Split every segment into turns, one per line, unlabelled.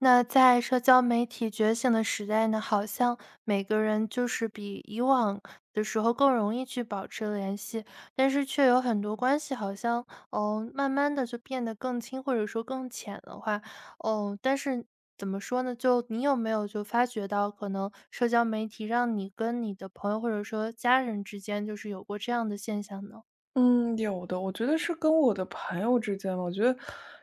那在社交媒体觉醒的时代呢，好像每个人就是比以往的时候更容易去保持联系，但是却有很多关系好像，哦，慢慢的就变得更亲或者说更浅的话，哦，但是怎么说呢？就你有没有就发觉到，可能社交媒体让你跟你的朋友或者说家人之间，就是有过这样的现象呢？
嗯，有的，我觉得是跟我的朋友之间吧，我觉得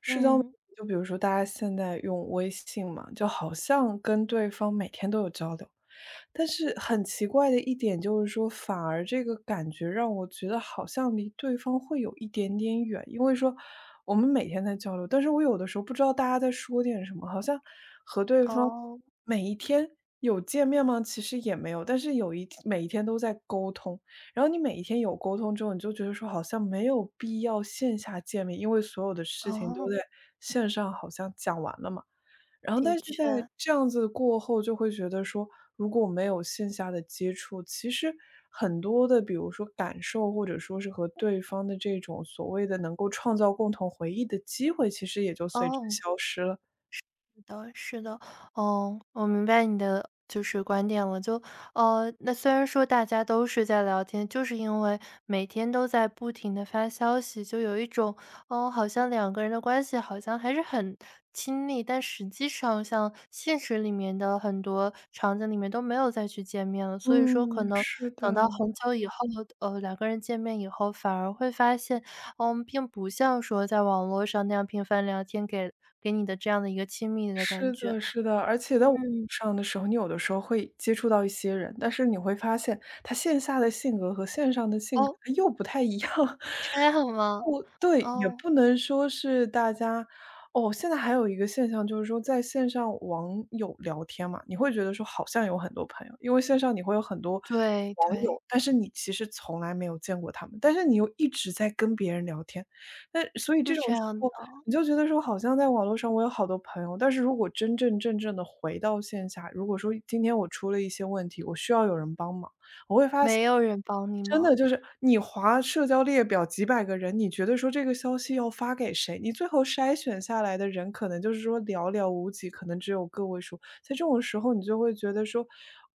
社交媒
嗯，
体就比如说大家现在用微信嘛，就好像跟对方每天都有交流，但是很奇怪的一点就是说，反而这个感觉让我觉得好像离对方会有一点点远，因为说我们每天在交流，但是我有的时候不知道大家在说点什么，好像和对方
哦，
每一天有见面吗？其实也没有，但是每一天都在沟通。然后你每一天有沟通之后，你就觉得说好像没有必要线下见面，因为所有的事情都
哦，
在线上好像讲完了嘛。然后
的
但是在
确，
这样子过后，就会觉得说，如果没有线下的接触，其实很多的，比如说感受，或者说是和对方的这种所谓的能够创造共同回忆的机会，其实也就随之
哦。
消失了。
是的，是的，哦，我明白你的就是观点了。就那虽然说大家都是在聊天，就是因为每天都在不停的发消息，就有一种哦，好像两个人的关系好像还是很亲密，但实际上像现实里面的很多场景里面都没有再去见面了，所以说
嗯，
可能
是的。
等到很久以后，两个人见面以后，反而会发现，并不像说在网络上那样频繁聊天给你的这样的一个亲密的感
是
觉。
的，是的，而且在网
嗯，
上的时候，你有的时候会接触到一些人，但是你会发现他线下的性格和线上的性格，
哦，
他又不太一样。
这样吗？
不对，也
哦，
不能说是大家哦，现在还有一个现象，就是说在线上网友聊天嘛，你会觉得说好像有很多朋友，因为线上你会有很多
对
网
对，
友，但是你其实从来没有见过他们，但是你又一直在跟别人聊天，那所以
是
这
这
种时
样的，
候你就觉得说，好像在网络上我有好多朋友，但是如果真真正正的回到线下，如果说今天我出了一些问题，我需要有人帮忙。
没有人帮你
真
吗？
的就是你划社交列表几百个人，你觉得说这个消息要发给谁？你最后筛选下来的人，可能就是说寥寥无几，可能只有个位数。在这种时候，你就会觉得说，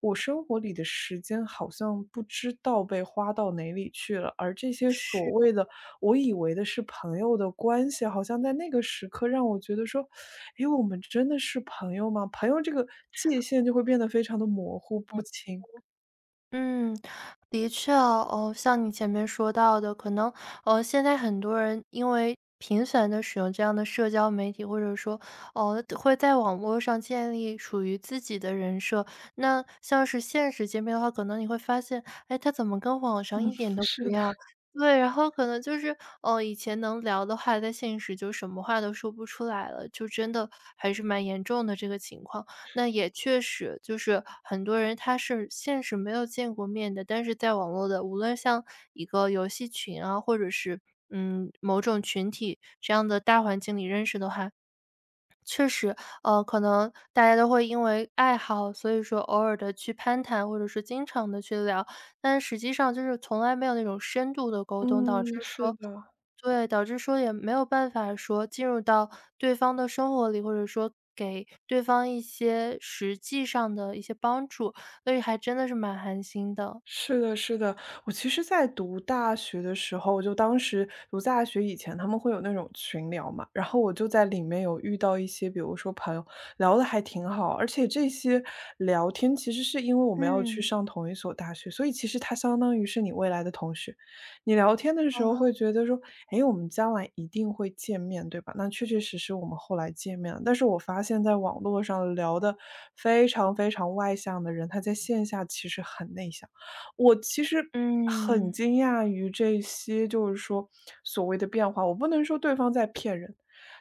我生活里的时间好像不知道被花到哪里去了，而这些
是。
所谓的我以为的是朋友的关系，好像在那个时刻让我觉得说，诶，我们真的是朋友吗？朋友这个界限就会变得非常的模糊不清。
嗯，的确哦，像你前面说到的，可能，现在很多人因为频繁的使用这样的社交媒体，或者说，会在网络上建立属于自己的人设。那像是现实见面的话，可能你会发现，哎，他怎么跟网上一点都不
是
一
的，
样。对，然后可能就是，哦，以前能聊的话，在现实就什么话都说不出来了，就真的还是蛮严重的这个情况。那也确实，就是很多人他是现实没有见过面的，但是在网络的，无论像一个游戏群啊，或者是某种群体这样的大环境里认识的话，确实，可能大家都会因为爱好，所以说偶尔的去攀谈，或者是经常的去聊，但实际上就是从来没有那种深度的沟通，导致
嗯，是
说
的。
对，导致说也没有办法说进入到对方的生活里，或者说给对方一些实际上的一些帮助，所以还真的是蛮寒心的。
是的，是的，我其实在读大学的时候，就当时读大学以前，他们会有那种群聊嘛，然后我就在里面有遇到一些，比如说朋友聊的还挺好，而且这些聊天其实是因为我们要去
嗯，
上同一所大学，所以其实他相当于是你未来的同学。你聊天的
好
时候
了，
会觉得说，哎，我们将来一定会见面，对吧？那确确实实我们后来见面了，但是我发现在网络上聊的非常非常外向的人，他在线下其实很内向。我其实很
嗯，
惊讶于这些，就是说所谓的变化，我不能说对方在骗人，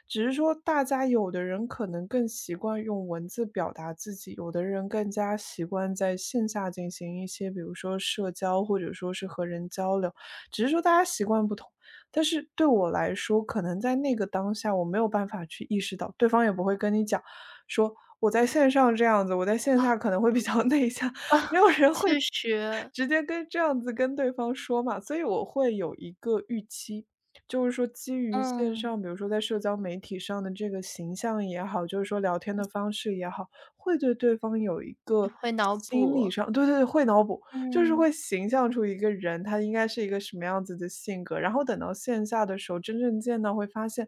只是说大家有的人可能更习惯用文字表达自己，有的人更加习惯在线下进行一些，比如说社交或者说是和人交流，只是说大家习惯不同。但是对我来说，可能在那个当下，我没有办法去意识到，对方也不会跟你讲说我在线上这样子，我在线
啊，
下可能会比较 内向。没有人会
确实，
直接跟这样子跟对方说嘛，所以我会有一个预期，就是说基于线
嗯，
上，比如说在社交媒体上的这个形象也好，就是说聊天的方式也好，会对对方有一
你
个
会脑
心理
补，
上对对对，会脑补，就是
嗯，
会形象出一个人，他应该是一个什么样子的性格。然后等到线下的时候，真正见到会发现，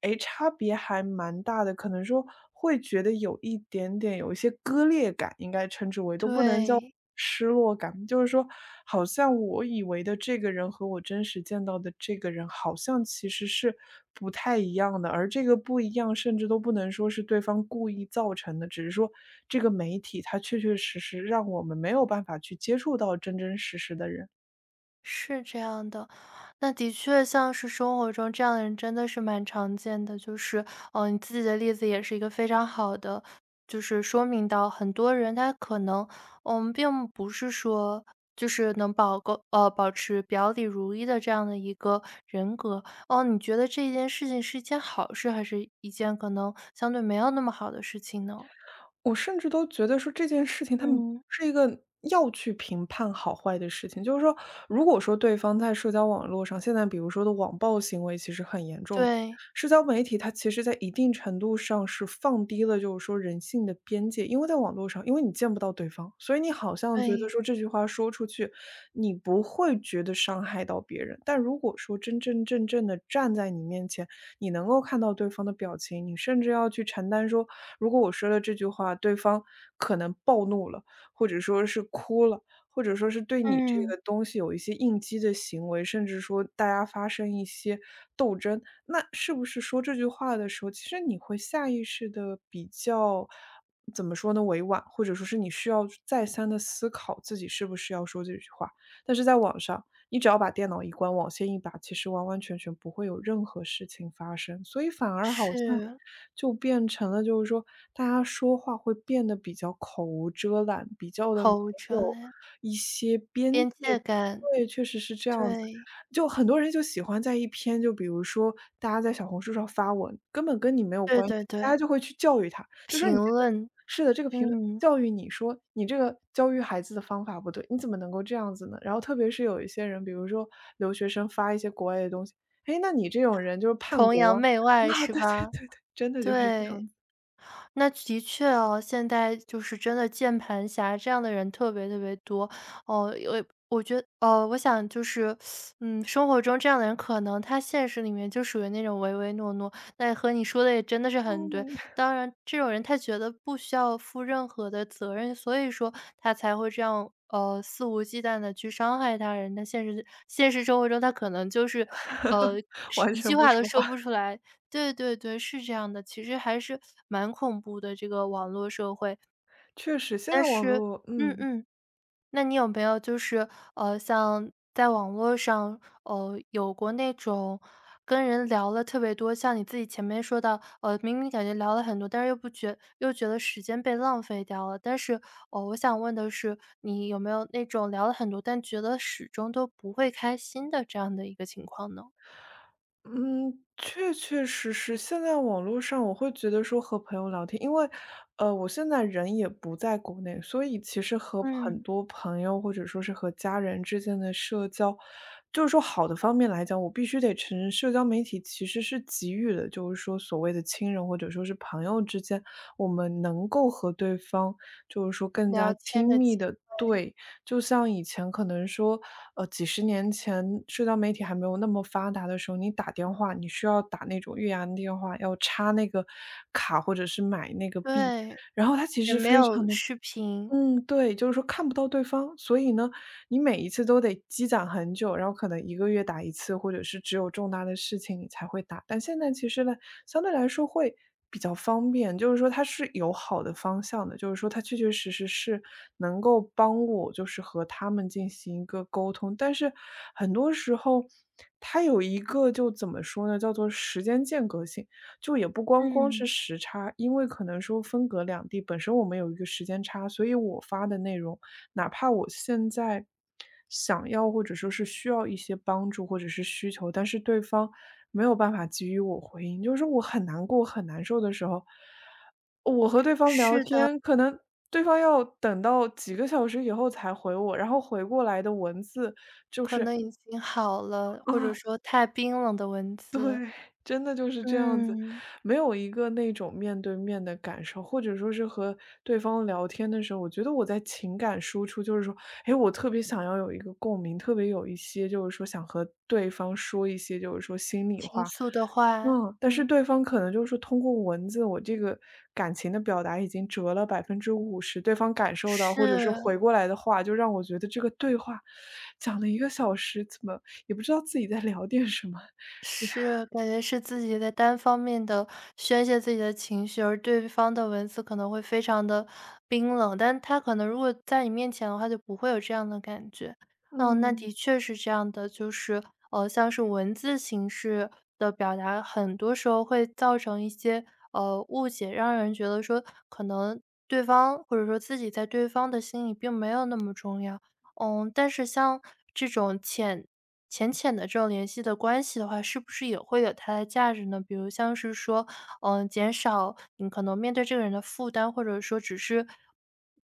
哎，差别还蛮大的，可能说会觉得有一点点有一些割裂感，应该称之为都不能叫
对。
失落感，就是说好像我以为的这个人和我真实见到的这个人，好像其实是不太一样的。而这个不一样，甚至都不能说是对方故意造成的，只是说这个媒体它确确实实让我们没有办法去接触到真真实实的人。
是这样的，那的确像是生活中这样的人真的是蛮常见的，就是，你自己的例子也是一个非常好的，就是说明到很多人他可能，并不是说就是能保够呃，保持表里如一的这样的一个人格。哦，你觉得这件事情是一件好事，还是一件可能相对没有那么好的事情呢？
我甚至都觉得说这件事情，他们
嗯，
是一个要去评判好坏的事情。就是说，如果说对方在社交网络上，现在比如说的网暴行为其实很严重，
对，
社交媒体它其实在一定程度上是放低了，就是说人性的边界。因为在网络上，因为你见不到对方，所以你好像觉得
对，
说这句话说出去，你不会觉得伤害到别人。但如果说真真正正的站在你面前，你能够看到对方的表情，你甚至要去承担说，如果我说了这句话，对方可能暴怒了，或者说是哭了，或者说是对你这
嗯，
个东西有一些应激的行为，甚至说大家发生一些那是不是说这句话的时候，其实你会下意识的比较怎么说呢，委婉，或者说是你需要再三的思考自己是不是要说这句话。但是在网上，你只要把电脑一关，网线一拔，其实完完全全不会有任何事情发生，所以反而好像
是，
就变成了就是说，大家说话会变得比较口无遮拦，比较的没
口无遮
有
拦，
一些边
边
界
界
感。
感。
对，确实是这样子。
对，
就很多人就喜欢在一篇就比如说大家在小红书上发文，根本跟你没有
对
关系，
对
大家
对，
就会去教育他，就说
评
你这个
论，
是的，这个评论
嗯，
教育你说你这个教育孩子的方法不对，你怎么能够这样子呢？然后特别是有一些人，比如说留学生发一些国外的东西，诶，那你这种人就是叛
崇
国
洋
啊，
媚 外
啊，
是
对对
吧？
对对，真的就是这
对，
样子。
那的确哦，现在就是真的键盘侠这样的人特别特别多。哦，我我想就是，生活中这样的人可能他现实里面就属于那种唯唯诺诺，那和你说的也真的是很对。
嗯，
当然，这种人他觉得不需要负任何的责任，所以说他才会这样，肆无忌惮的去伤害他人。但现实生活中他可能就是，呃，
完
一句
全不
话都
说
说
话，
不出来。对对对，是这样的，其实还是蛮恐怖的，这个网络社会。
确实，现
但
在网
是
络
嗯
嗯。
嗯。那你有没有就是，像在网络上，有过那种跟人聊了特别多，像你自己前面说到，明明感觉聊了很多，但是又不觉又觉得时间被浪费掉了。但是，我想问的是，你有没有那种聊了很多，但觉得始终都不会开心的这样的一个情况呢？
嗯，确确实实，现在网络上我会觉得说和朋友聊天，因为，我现在人也不在国内，所以其实和很
嗯，
多朋友或者说是和家人之间的社交，就是说好的方面来讲，我必须得承认，社交媒体其实是给予的，就是说所谓的亲人或者说是朋友之间，我们能够和对方就是说更
聊
加
天
亲
的
密
气
的对。就像以前可能说，几十年前社交媒体还没有那么发达的时候，你打电话，你需要打那种越洋电话，要插那个卡或者是买那个币，
对，
然后它其
也
实
没
非常
有
的。
视频，
嗯，对，就是说看不到对方，所以呢，你每一次都得积攒很久，然后可能一个月打一次，或者是只有重大的事情你才会打。但现在其实呢，相对来说会比较方便，就是说它是有好的方向的，就是说它确确实实是能够帮我，就是和他们进行一个沟通。但是很多时候，它有一个就怎么说呢，叫做时间间隔性。就也不光光
嗯，
是时差，因为可能说分隔两地，本身我们有一个时间差，所以我发的内容，哪怕我现在想要或者说是需要一些帮助或者是需求，但是对方没有办法给予我回应，就是我很难过、很难受的时候，我和对方聊天，可能对方要等到几个小时以后才回我，然后回过来的文字
可能已经好了，或者
啊，
说太冰冷的文字，
真的就是这样子，
嗯。
没有一个那种面对面的感受，或者说是和对方聊天的时候，我觉得我在情感输出，就是说，哎，我特别想要有一个共鸣，特别有一些就是说想和对方说一些就是说心里
倾
话。
诉的话
嗯，但是
嗯。
对方可能就是通过文字，我这个感情的表达已经折了50%，对方感受到或者是
是，
回过来的话，就让我觉得这个对话讲了一个小时，怎么也不知道自己在聊点什么。
是，感觉是自己在单方面的宣泄自己的情绪，而对方的文字可能会非常的冰冷，但他可能如果在你面前的话，就不会有这样的感觉。嗯，那
嗯。
的确是这样的，就是，像是文字形式的表达，很多时候会造成一些，误解，让人觉得说可能对方或者说自己在对方的心里并没有那么重要。嗯，但是像这种浅。浅浅的这种联系的关系的话，是不是也会有它的价值呢？比如像是说，减少你可能面对这个人的负担，或者说只是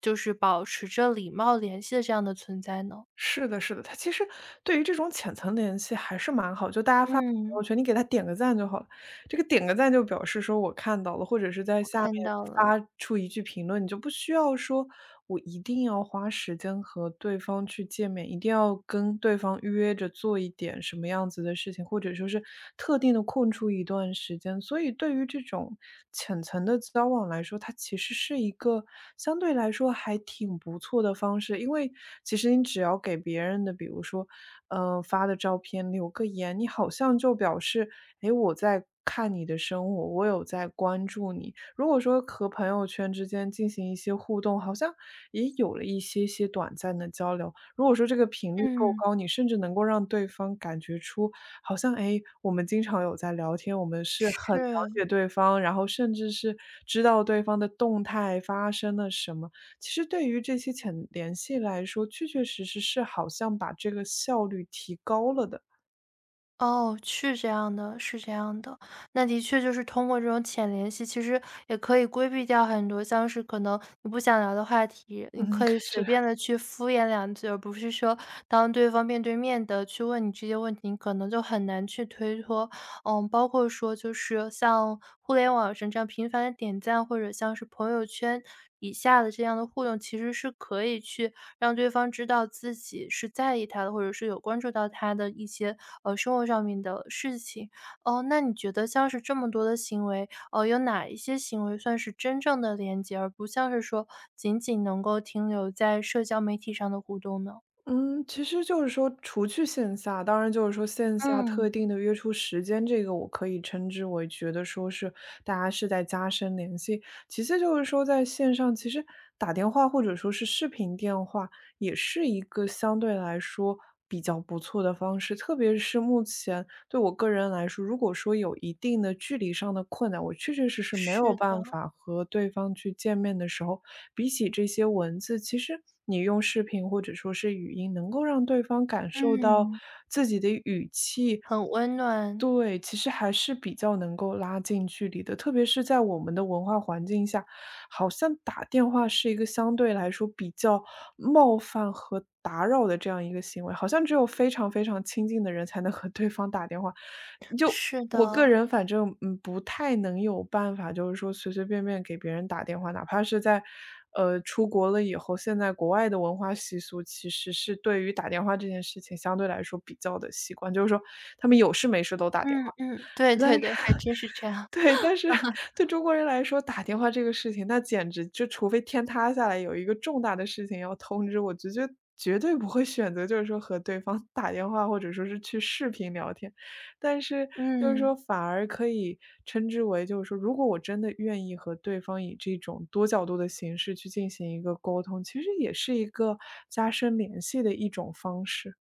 就是保持着礼貌联系的这样的存在呢？
是的，是的，他其实对于这种浅层联系还是蛮好，就大家发朋
嗯，
友圈，你给他点个赞就好了。这个点个赞就表示说我看到了，或者是在
我
下面
看到了，
发出一句评论，你就不需要说我一定要花时间和对方去见面，一定要跟对方约着做一点什么样子的事情，或者说是特定的空出一段时间。所以对于这种浅层的交往来说，它其实是一个相对来说还挺不错的方式，因为其实你只要给别人的，比如说，发的照片留个言，你好像就表示诶，我在看你的生活，我有在关注你。如果说和朋友圈之间进行一些互动，好像也有了一些些短暂的交流。如果说这个频率够
嗯，
高，你甚至能够让对方感觉出，好像诶，我们经常有在聊天，我们是很了
是。
解对方，然后甚至是知道对方的动态发生了什么。其实对于这些浅联系来说，确确实实是好像把这个效率提高了的。
哦，是这样的，是这样的。那的确就是通过这种浅联系，其实也可以规避掉很多，像是可能你不想聊的话题，你
嗯，
可以随
是。
便的去敷衍两句，而不是说当对方面对面的去问你这些问题，你可能就很难去推脱。嗯，包括说就是像互联网上这样频繁的点赞，或者像是朋友圈以下的这样的互动，其实是可以去让对方知道自己是在意他的，或者是有关注到他的一些，生活上面的事情。哦，那你觉得像是这么多的行为，有哪一些行为算是真正的连接，而不像是说仅仅能够停留在社交媒体上的互动呢？
嗯，其实就是说除去线下，当然就是说线下特
嗯，
定的约出时间，这个我可以称之为觉得说是大家是在加深联系。其次就是说在线上，其实打电话或者说是视频电话，也是一个相对来说比较不错的方式。特别是目前对我个人来说，如果说有一定的距离上的困难，我确确实实没有
是
办
的，
法和对方去见面的时候，比起这些文字，其实你用视频或者说是语音，能够让对方感受到
嗯，
自己的语气，
很温暖，
对，其实还是比较能够拉近距离的。特别是在我们的文化环境下，好像打电话是一个相对来说比较冒犯和打扰的这样一个行为，好像只有非常非常亲近的人才能和 对方打电话。就
是
我个
的，
人反正，嗯，不太能有办法，就是说随随便便给别人打电话，哪怕是在，出国了以后，现在国外的文化习俗其实是对于打电话这件事情相对来说比较的习惯，就是说他们有事没事都打电
嗯
话。
嗯，对对
对。
对，还 真是这样，
对，但是对中国人来说，打电话这个事情，那简直就除非天塌下来有一个重大的事情要通知我，直接绝对不会选择就是说和对方 打电话，或者说是去视频聊天。但是就是
嗯。
说反而可以称之为就是说，如果我真的愿意和对方以这种多角度的形式去进行一个沟通，其实也是一个加深联系的一种方式。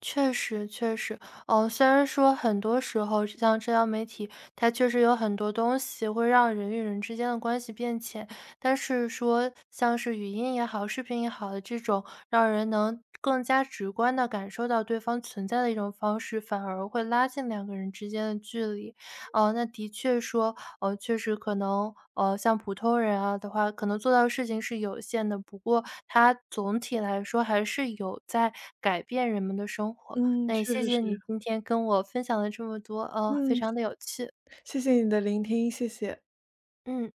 确实，确实，哦，虽然说很多时候像社交媒体，它确实有很多东西会让人与人之间的关系变浅，但是说像是语音也好、视频也好的这种让人能更加直观地感受到对方存在的一种方式，反而会拉近两个人之间的距离。哦，那的确说确实可能，像普通人啊的话，可能做到的事情是有限的，不过它总体来说还是有在改变人们的生活。
嗯，
那也
确
谢
实
谢你
是。
今天跟我分享了这么多，非
嗯，
常的有趣。
谢谢你的聆听，谢谢。
嗯。